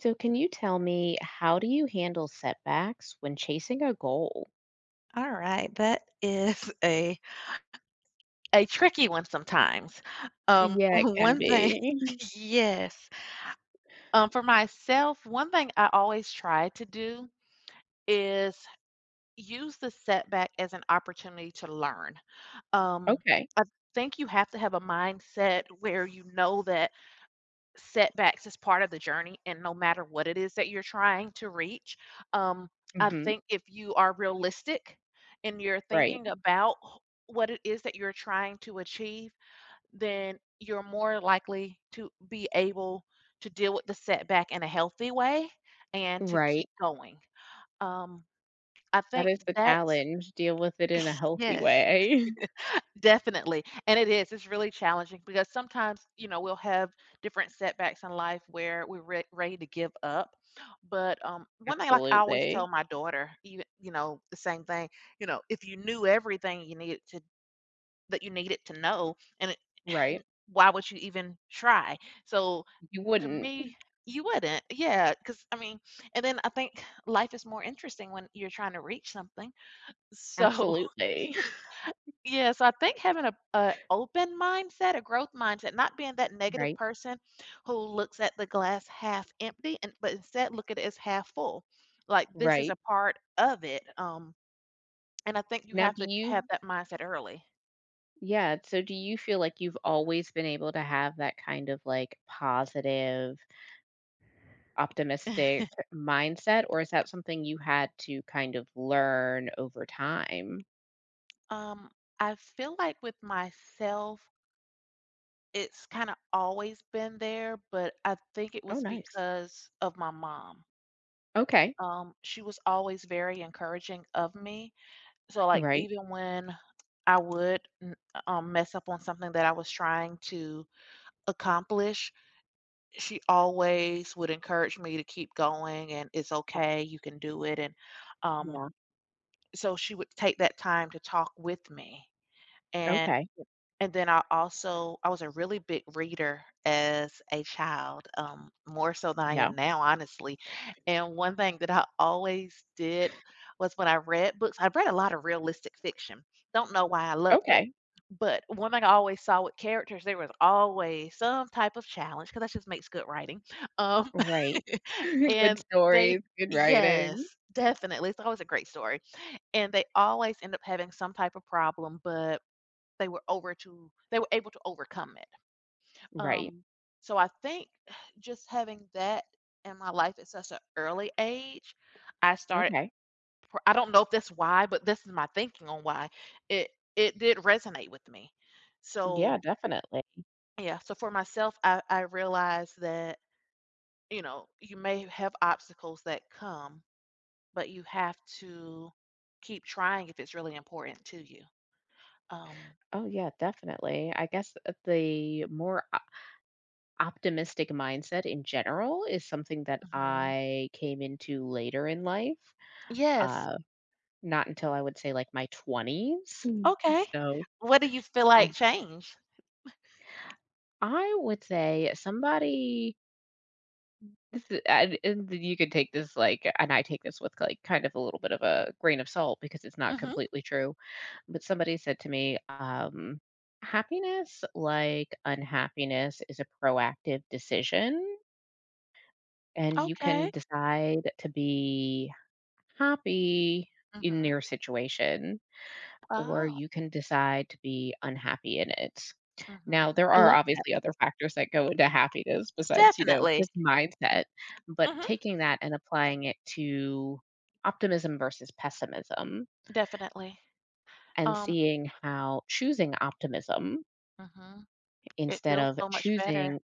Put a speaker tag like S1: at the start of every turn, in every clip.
S1: So, can you tell me how do you handle setbacks when chasing a goal?
S2: All right, that is a tricky one sometimes.
S1: Yeah, it can
S2: One thing,
S1: be.
S2: yes. For myself, one thing I always try to do is use the setback as an opportunity to learn. Um,
S1: Okay.
S2: I think you have to have a mindset where you know that setbacks is part of the journey and no matter what it is that you're trying to reach. Um, i
S1: Hmm.
S2: think if you are realistic and you're
S1: Right.
S2: thinking about what it is that you're trying to achieve, then you're more likely to be able to deal with the setback in a healthy way and to
S1: Right.
S2: keep going. um, I
S1: That
S2: think
S1: is the
S2: that's…
S1: challenge. Deal with it in a healthy
S2: Yes.
S1: way.
S2: Definitely, and it is, it's really challenging because sometimes, you know, we'll have different setbacks in life where we're re ready to give up, but, one thing, like, I always tell
S1: Absolutely.
S2: my daughter, you know, the same thing, you know, "If you knew everything you needed to know, and it…
S1: Right.
S2: why would you even try?" So,
S1: You
S2: to
S1: wouldn't.
S2: me, you wouldn't, yeah. Yeah, because I mean, and then I think life is more interesting when you're trying to reach something, so…
S1: Absolutely.
S2: Yes, I think having a open mindset, a growth mindset, not being that negative
S1: Right.
S2: person who looks at the glass half empty, and but instead look at it as half full. Like, this is
S1: Right.
S2: a part of it. And I think you
S1: Now,
S2: have
S1: do
S2: to have
S1: you,
S2: that mindset early.
S1: yeah. So, do you feel like you've always been able to have that kind of like positive optimistic mindset, or is that something you had to kind of learn over time?
S2: Um, I feel like with myself, it's kind of always been there, but I think it
S1: Oh,
S2: was
S1: nice.
S2: because of my mom.
S1: Okay.
S2: She was always very encouraging of me. So, like,
S1: Right.
S2: even when I would, n mess up on something that I was trying to accomplish, she always would encourage me to keep going and, "It's okay, you can do it," and, um,
S1: Yeah.
S2: so she would take that time to talk with me, and
S1: Okay.
S2: and then I also, I was a really big reader as a child, more so than I
S1: Yeah.
S2: am now, honestly. And one thing that I always did was, when I read books, I read a lot of realistic fiction. Don't know why I loved it.
S1: Okay.
S2: But one thing I always saw with characters, there was always some type of challenge because that just makes good writing. Um,
S1: Right. Good
S2: and they,
S1: stories, good writing.
S2: yes, definitely. It's always a great story. And they always end up having some type of problem, but they were able to overcome it.
S1: Right.
S2: Um, so I think, just having that in my life at such an early age, I started…
S1: Okay.
S2: pr I don't know if that's why, but this is my thinking on why it it did resonate with me. So,
S1: Yeah, definitely.
S2: yeah, so for myself, I realized that, you know, you may have obstacles that come, but you have to keep trying if it's really important to you. Um,
S1: Oh, yeah, definitely. I guess the more optimistic mindset in general is something that
S2: mhm.
S1: I came into later in life.
S2: Yes.
S1: Uh, not until I would say like my 20s. Mm.
S2: Okay.
S1: So,
S2: What do you feel like
S1: I
S2: changed?
S1: I would say somebody this is, and you could take this like and I take this with like kind of a little bit of a grain of salt because it's not
S2: Mhm.
S1: completely true. But somebody said to me, happiness, like unhappiness, is a proactive decision, and you can
S2: Okay.
S1: decide to be happy in
S2: Mhm.
S1: your situation, or
S2: Oh.
S1: you can decide to be unhappy in it. Now,
S2: Mhm.
S1: there
S2: I
S1: are
S2: love that.
S1: obviously other factors that go into happiness besides, you know,
S2: Definitely.
S1: just mindset, but
S2: Mhm.
S1: taking that and applying it to optimism versus pessimism
S2: Definitely.
S1: and
S2: Um,
S1: seeing how choosing optimism
S2: Mhm. It
S1: instead
S2: feels
S1: of
S2: so much better.
S1: choosing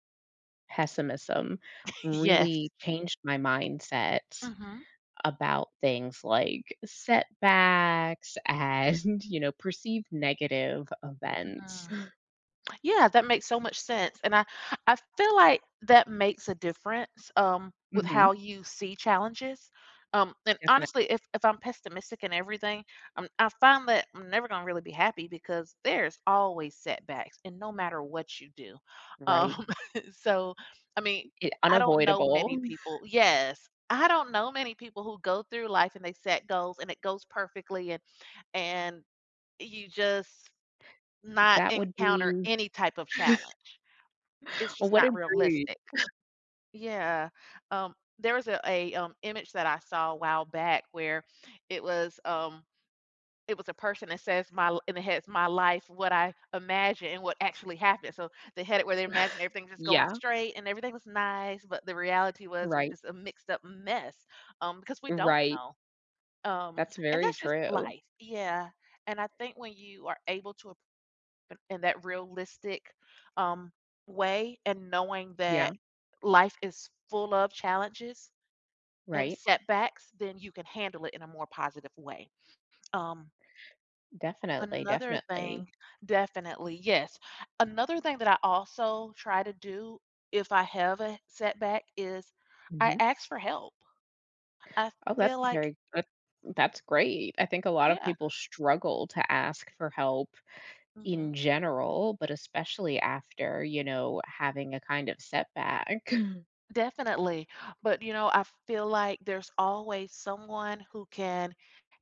S1: pessimism
S2: Yes.
S1: really changed my mindset
S2: Mhm.
S1: about things like setbacks and, you know, perceived negative events.
S2: Mhm. Yeah, that makes so much sense, and I feel like that makes a difference, with
S1: Mhm,
S2: how you see challenges, and
S1: definite
S2: honestly, if I'm pessimistic and everything, I find that I'm never gonna really be happy because there's always setbacks, and no matter what you do,
S1: right.
S2: um, so, I mean,
S1: It
S2: I don't know many
S1: unavoidable.
S2: people… Yes. I don't know many people who go through life and they set goals and it goes perfectly and you just not
S1: That would
S2: encounter
S1: be
S2: any type of challenge. It's
S1: oh,
S2: just
S1: what a
S2: not
S1: dream.
S2: realistic. Yeah. Um, there was a image that I saw a while back where it was um, it was a person that says and it has my life, what I imagine and what actually happened. So they had it where they imagined everything just going
S1: Yeah,
S2: straight and everything was nice, but the reality was, it was
S1: right,
S2: just a mixed up mess, because we don't
S1: right.
S2: know. Um,
S1: That's
S2: and
S1: very
S2: that's just
S1: true.
S2: life. Yeah. And I think when you are able to, in that realistic, um, way, and knowing that
S1: Yeah,
S2: life is full of challenges and
S1: right.
S2: setbacks, then you can handle it in a more positive way. Um,
S1: Definitely,
S2: another
S1: definitely.
S2: thing, definitely, yes. Another thing that I also try to do if I have a setback is I
S1: Mhm.
S2: ask for help. I
S1: Oh, that's
S2: feel like,
S1: very that that's great. I think a lot of
S2: yeah.
S1: people struggle to ask for help
S2: Mm-hmm.
S1: in general, but especially after, you know, having a kind of setback. Mm.
S2: Definitely. But, you know, I feel like there's always someone who can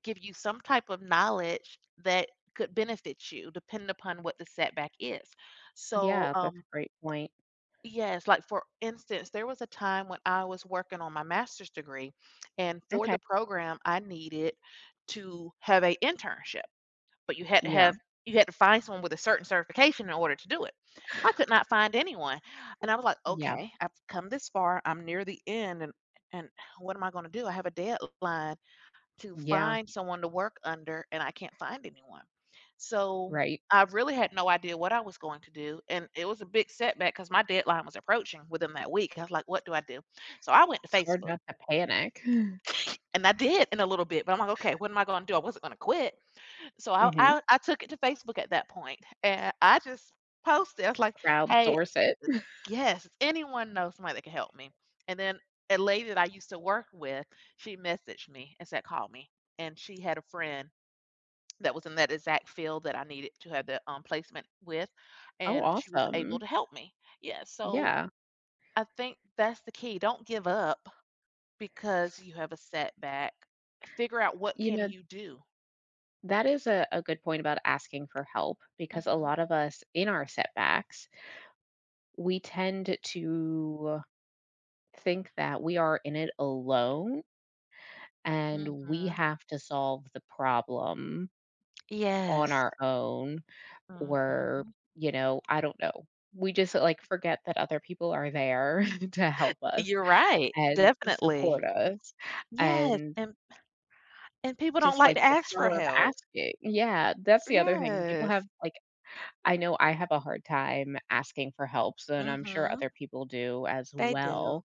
S2: give you some type of knowledge that could benefit you, depending upon what the setback is. So,
S1: Yeah, that's a great point.
S2: yes, like for instance, there was a time when I was working on my master's degree, and for
S1: Okay.
S2: the program, I needed to have a internship, but you had to have…
S1: Yeah,
S2: you had to find someone with a certain certification in order to do it. I could not find anyone, and I was like,
S1: yeah,
S2: "Okay, I've come this far. I'm near the end, and what am I going to do? I have a deadline to
S1: yeah,
S2: find someone to work under, and I can't find anyone." So
S1: right.
S2: I really had no idea what I was going to do, and it was a big setback because my deadline was approaching within that week. I was like, "What do I do?" So I went to
S1: It's hard
S2: Facebook,
S1: not to panic.
S2: and I did in a little bit, but I'm like, "Okay, what am I going to do? I wasn't going to quit." So I
S1: Mhm.
S2: I I took it to Facebook at that point, and I just posted. I was like, "Hey,
S1: Crowdsource it.
S2: yes, if anyone knows somebody that can help me." And then a lady that I used to work with, she messaged me and said, "Call me." And she had a friend that was in that exact field that I needed to have the placement with,
S1: Oh,
S2: and she was able
S1: awesome.
S2: to help me. Yeah, so
S1: Yeah.
S2: I think that's the key. Don't give up because you have a setback. Figure out what
S1: You
S2: can
S1: know,
S2: you do.
S1: that is a good point about asking for help because a
S2: Hmm.
S1: lot of us in our setbacks, we tend to think that we are in it alone and we
S2: Hmm.
S1: have to solve the problem on
S2: Yes.
S1: our own, or,
S2: Mhm.
S1: you know, I don't know. We just like forget that other people are there to help us
S2: You're right,
S1: and
S2: definitely.
S1: support us.
S2: Yes,
S1: And
S2: and people don't
S1: just,
S2: like
S1: like,
S2: to
S1: the
S2: ask for
S1: power of
S2: help.
S1: asking. Yeah, that's the other thing. People have
S2: Yes.
S1: like, I know I have a hard time asking for help, so and I'm sure
S2: Mhm.
S1: other people do as
S2: They
S1: well,
S2: do.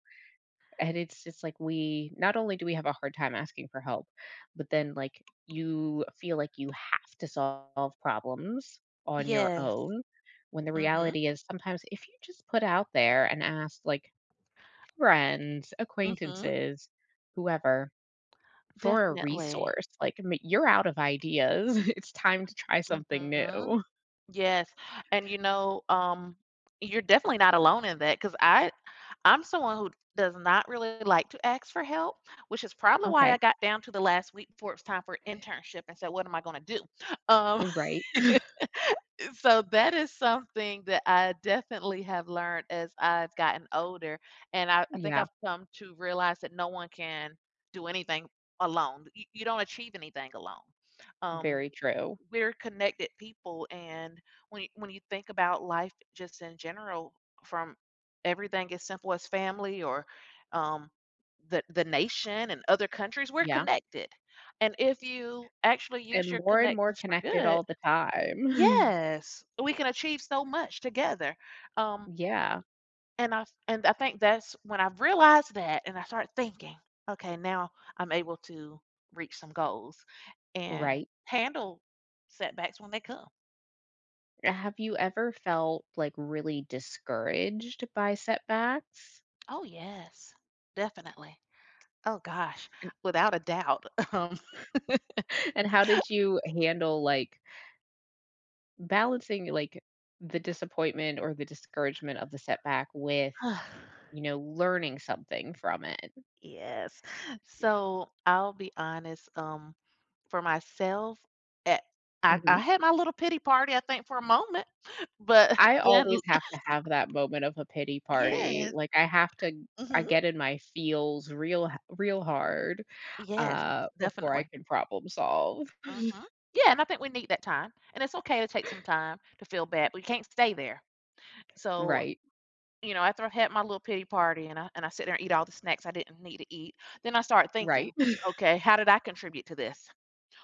S1: and it's just, like, we not only do we have a hard time asking for help, but then, like, you feel like you have to solve problems on your
S2: Yes.
S1: own, when the
S2: Mhm.
S1: reality is sometimes if you just put out there and ask, like, friends,
S2: Mhm.
S1: acquaintances, whoever for a
S2: Definitely.
S1: resource. Like, m you're out of ideas. It's time to try something
S2: Mhm.
S1: new.
S2: Yes, and, you know, you're definitely not alone in that, because I'm someone who does not really like to ask for help, which is probably why I
S1: Okay.
S2: got down to the last week before it was time for internship and said, "What am I gonna do?" Um.
S1: Right.
S2: So that is something that I definitely have learned as I've gotten older, and I think
S1: Yeah.
S2: I've come to realize that no one can do anything alone. You don't achieve anything alone. Um,
S1: Very true.
S2: we're connected people, and when you think about life just in general, from everything as simple as family or um, the nation and other countries, we're
S1: Yeah.
S2: connected. And if you actually use your
S1: And more
S2: connections for
S1: connected
S2: good…
S1: all the time.
S2: Yes, we can achieve so much together. Um,
S1: Yeah.
S2: and I think that's when I've realized that, and I start thinking, okay, now I'm able to reach some goals and
S1: Right.
S2: handle setbacks when they come.
S1: Have you ever felt, like, really discouraged by setbacks?
S2: Oh yes, definitely. Oh gosh,
S1: And
S2: without a doubt.
S1: how did you handle, like, balancing, like, the disappointment or the discouragement of the setback with,
S2: Um,
S1: you know, learning something from it?
S2: yes. So I'll be honest, for myself, at I
S1: Mhm.
S2: had my little pity party, I think, for a moment, but
S1: I
S2: then…
S1: always have to have that moment of a pity party,
S2: Yes.
S1: like, I have to I
S2: Mhm.
S1: get in my feels real hard,
S2: Yes,
S1: before I
S2: definitely.
S1: can problem solve.
S2: Mhm. Yeah, and I think we need that time, and it's okay to take some time to feel bad, but you can't stay there. So,
S1: Right,
S2: you know, after I've had my little pity party and I sit there and eat all the snacks I didn't need to eat, then I start thinking,
S1: right.
S2: "Okay, how did I contribute to this?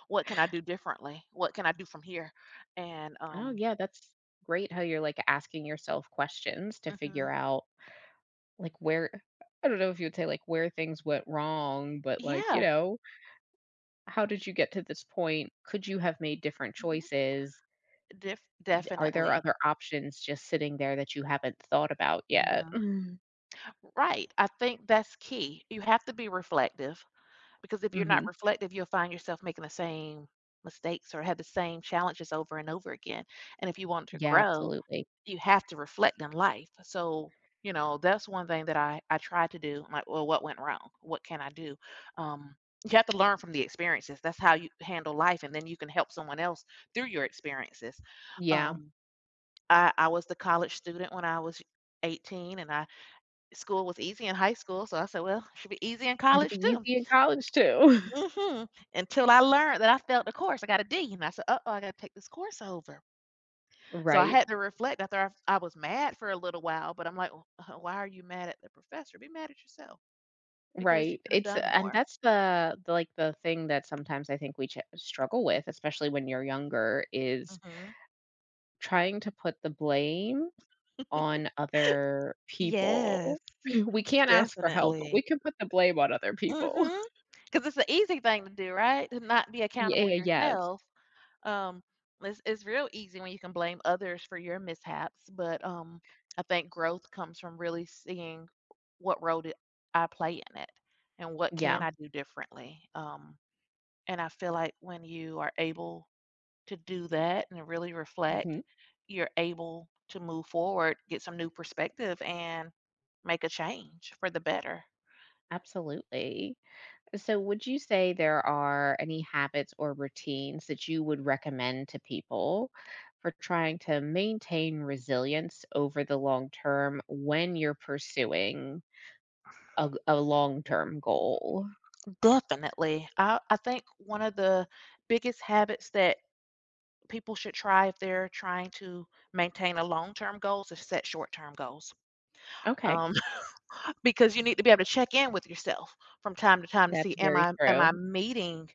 S2: What can I do differently? What can I do from here?" And,
S1: Oh, yeah, that's great how you're, like, asking yourself questions to figure
S2: Mhm.
S1: out, like, where I don't know if you would say, like, where things went wrong, but, like, you
S2: Yeah.
S1: know, how did you get to this point? Could you have made different
S2: Mhm.
S1: choices? Are there
S2: Definitely.
S1: other options just sitting there that you haven't thought about yet?
S2: Mhm. Right. I think that's key. You have to be reflective. Because if you're not
S1: Mhm.
S2: reflective, you'll find yourself making the same mistakes or have the same challenges over and over again. And if you want to
S1: Yeah,
S2: grow,
S1: absolutely.
S2: you have to reflect in life. So, you know, that's one thing that I try to do. I'm like, well, what went wrong? What can I do? Um, you have to learn from the experiences. That's how you handle life, and then you can help someone else through your experiences.
S1: Yeah.
S2: Um, I was the college student when I was 18, and I school was easy in high school, so I said, well, it should be easy in
S1: It'll be
S2: college too.
S1: easy in college too.
S2: Mhm. Until I learned that I failed the course, I got a D, and I said, "Uh-oh, I gotta take this course over." So I
S1: Right,
S2: had to reflect after I was mad for a little while, but I'm like, "Wh why are you mad at the professor? Be mad at yourself because you
S1: right.
S2: could have
S1: It's
S2: done
S1: and
S2: more."
S1: that's like, the thing that sometimes I think we ch struggle with, especially when you're younger, is
S2: Mhm.
S1: trying to put the blame on other
S2: Yes,
S1: people. We can't ask for help, but we
S2: definitely.
S1: can put the blame on other people.
S2: Mm-hmm. Because it's an easy thing to do, right? To not be accountable
S1: Yeah, yes.
S2: yourself. Um, it's real easy when you can blame others for your mishaps, but I think growth comes from really seeing what role did I play in it and what can
S1: Yeah.
S2: I do differently. And I feel like when you are able to do that and really reflect,
S1: Mhm.
S2: you're able to move forward, get some new perspective, and make a change for the better.
S1: Absolutely. So, would you say there are any habits or routines that you would recommend to people for trying to maintain resilience over the long term when you're pursuing a long term goal?
S2: Definitely. I think one of the biggest habits that people should try if they're trying to maintain a long-term goals is set short-term goals.
S1: Okay,
S2: Um, because you need to be able to check in with yourself from time to time to
S1: that's
S2: see, am
S1: very
S2: I am
S1: true.
S2: I meeting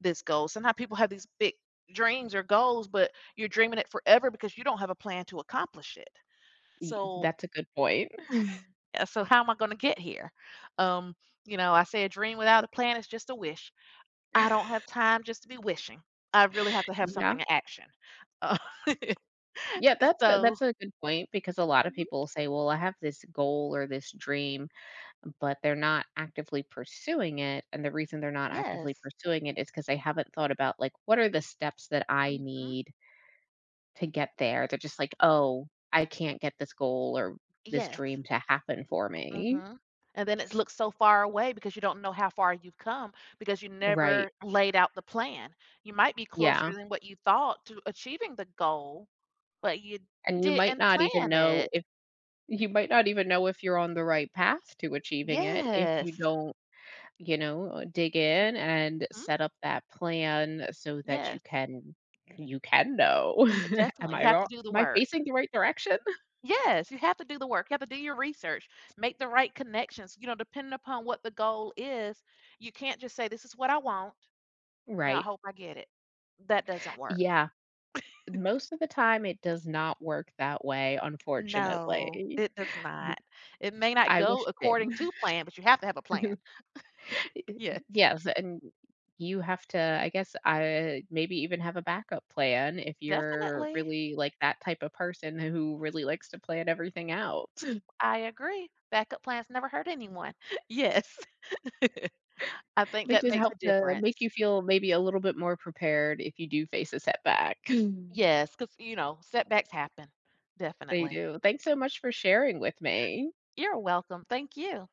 S2: this goal? Sometimes people have these big dreams or goals, but you're dreaming it forever because you don't have a plan to accomplish it. So
S1: That's a good point. Mhm.
S2: so how am I going to get here? Um, you know, I say a dream without a plan is just a wish. I don't have time just to be wishing. I really have to have
S1: Yeah.
S2: something in action. Uh,
S1: Yeah, that's
S2: so
S1: that's a good point because a lot of
S2: mm-hmm.
S1: people say, "Well, I have this goal or this dream but they're not actively pursuing it, and the reason they're not actively
S2: Yes.
S1: pursuing it is because they haven't thought about, like, what are the steps that I
S2: Mhm.
S1: need to get there? They're just like, "Oh, I can't get this goal or this
S2: Yes.
S1: dream to happen for me."
S2: Mhm. And then it looks so far away because you don't know how far you've come because you
S1: Right.
S2: never laid out the plan. You might be
S1: Yeah,
S2: closer than what you thought to achieving the goal, but you
S1: and
S2: didn't plan it.
S1: you might not even know if you're on the right path to achieving it if you
S2: Yes.
S1: don't you know, dig in and
S2: Mhm.
S1: set up that plan so that
S2: Yes.
S1: you can know. Am
S2: Definitely. You
S1: I
S2: have
S1: wrong?
S2: to do the
S1: Am I
S2: work.
S1: facing the right direction?
S2: Yes, you have to do the work. You have to do your research, make the right connections. You know, depending upon what the goal is, you can't just say, this is what I want. Now I
S1: Right.
S2: hope I get it. That doesn't work.
S1: Yeah. Most of the time it does not work that way,
S2: No,
S1: unfortunately.
S2: it does not. It may not
S1: I
S2: go
S1: wish
S2: according
S1: it
S2: to plan, but you have to have a plan.
S1: did.
S2: Yes.
S1: Yes, and you have to, I guess, I maybe even have a backup plan if you're
S2: Definitely.
S1: really like that type of person who really likes to plan everything out.
S2: I agree. Backup plans never hurt anyone. Yes. I think
S1: They
S2: that
S1: just
S2: makes
S1: help
S2: a
S1: to make
S2: difference.
S1: you feel maybe a little bit more prepared if you do face a setback.
S2: Yes, because you know, setbacks happen.
S1: They
S2: Definitely.
S1: do. Thanks so much for sharing with me.
S2: You're welcome. Thank you.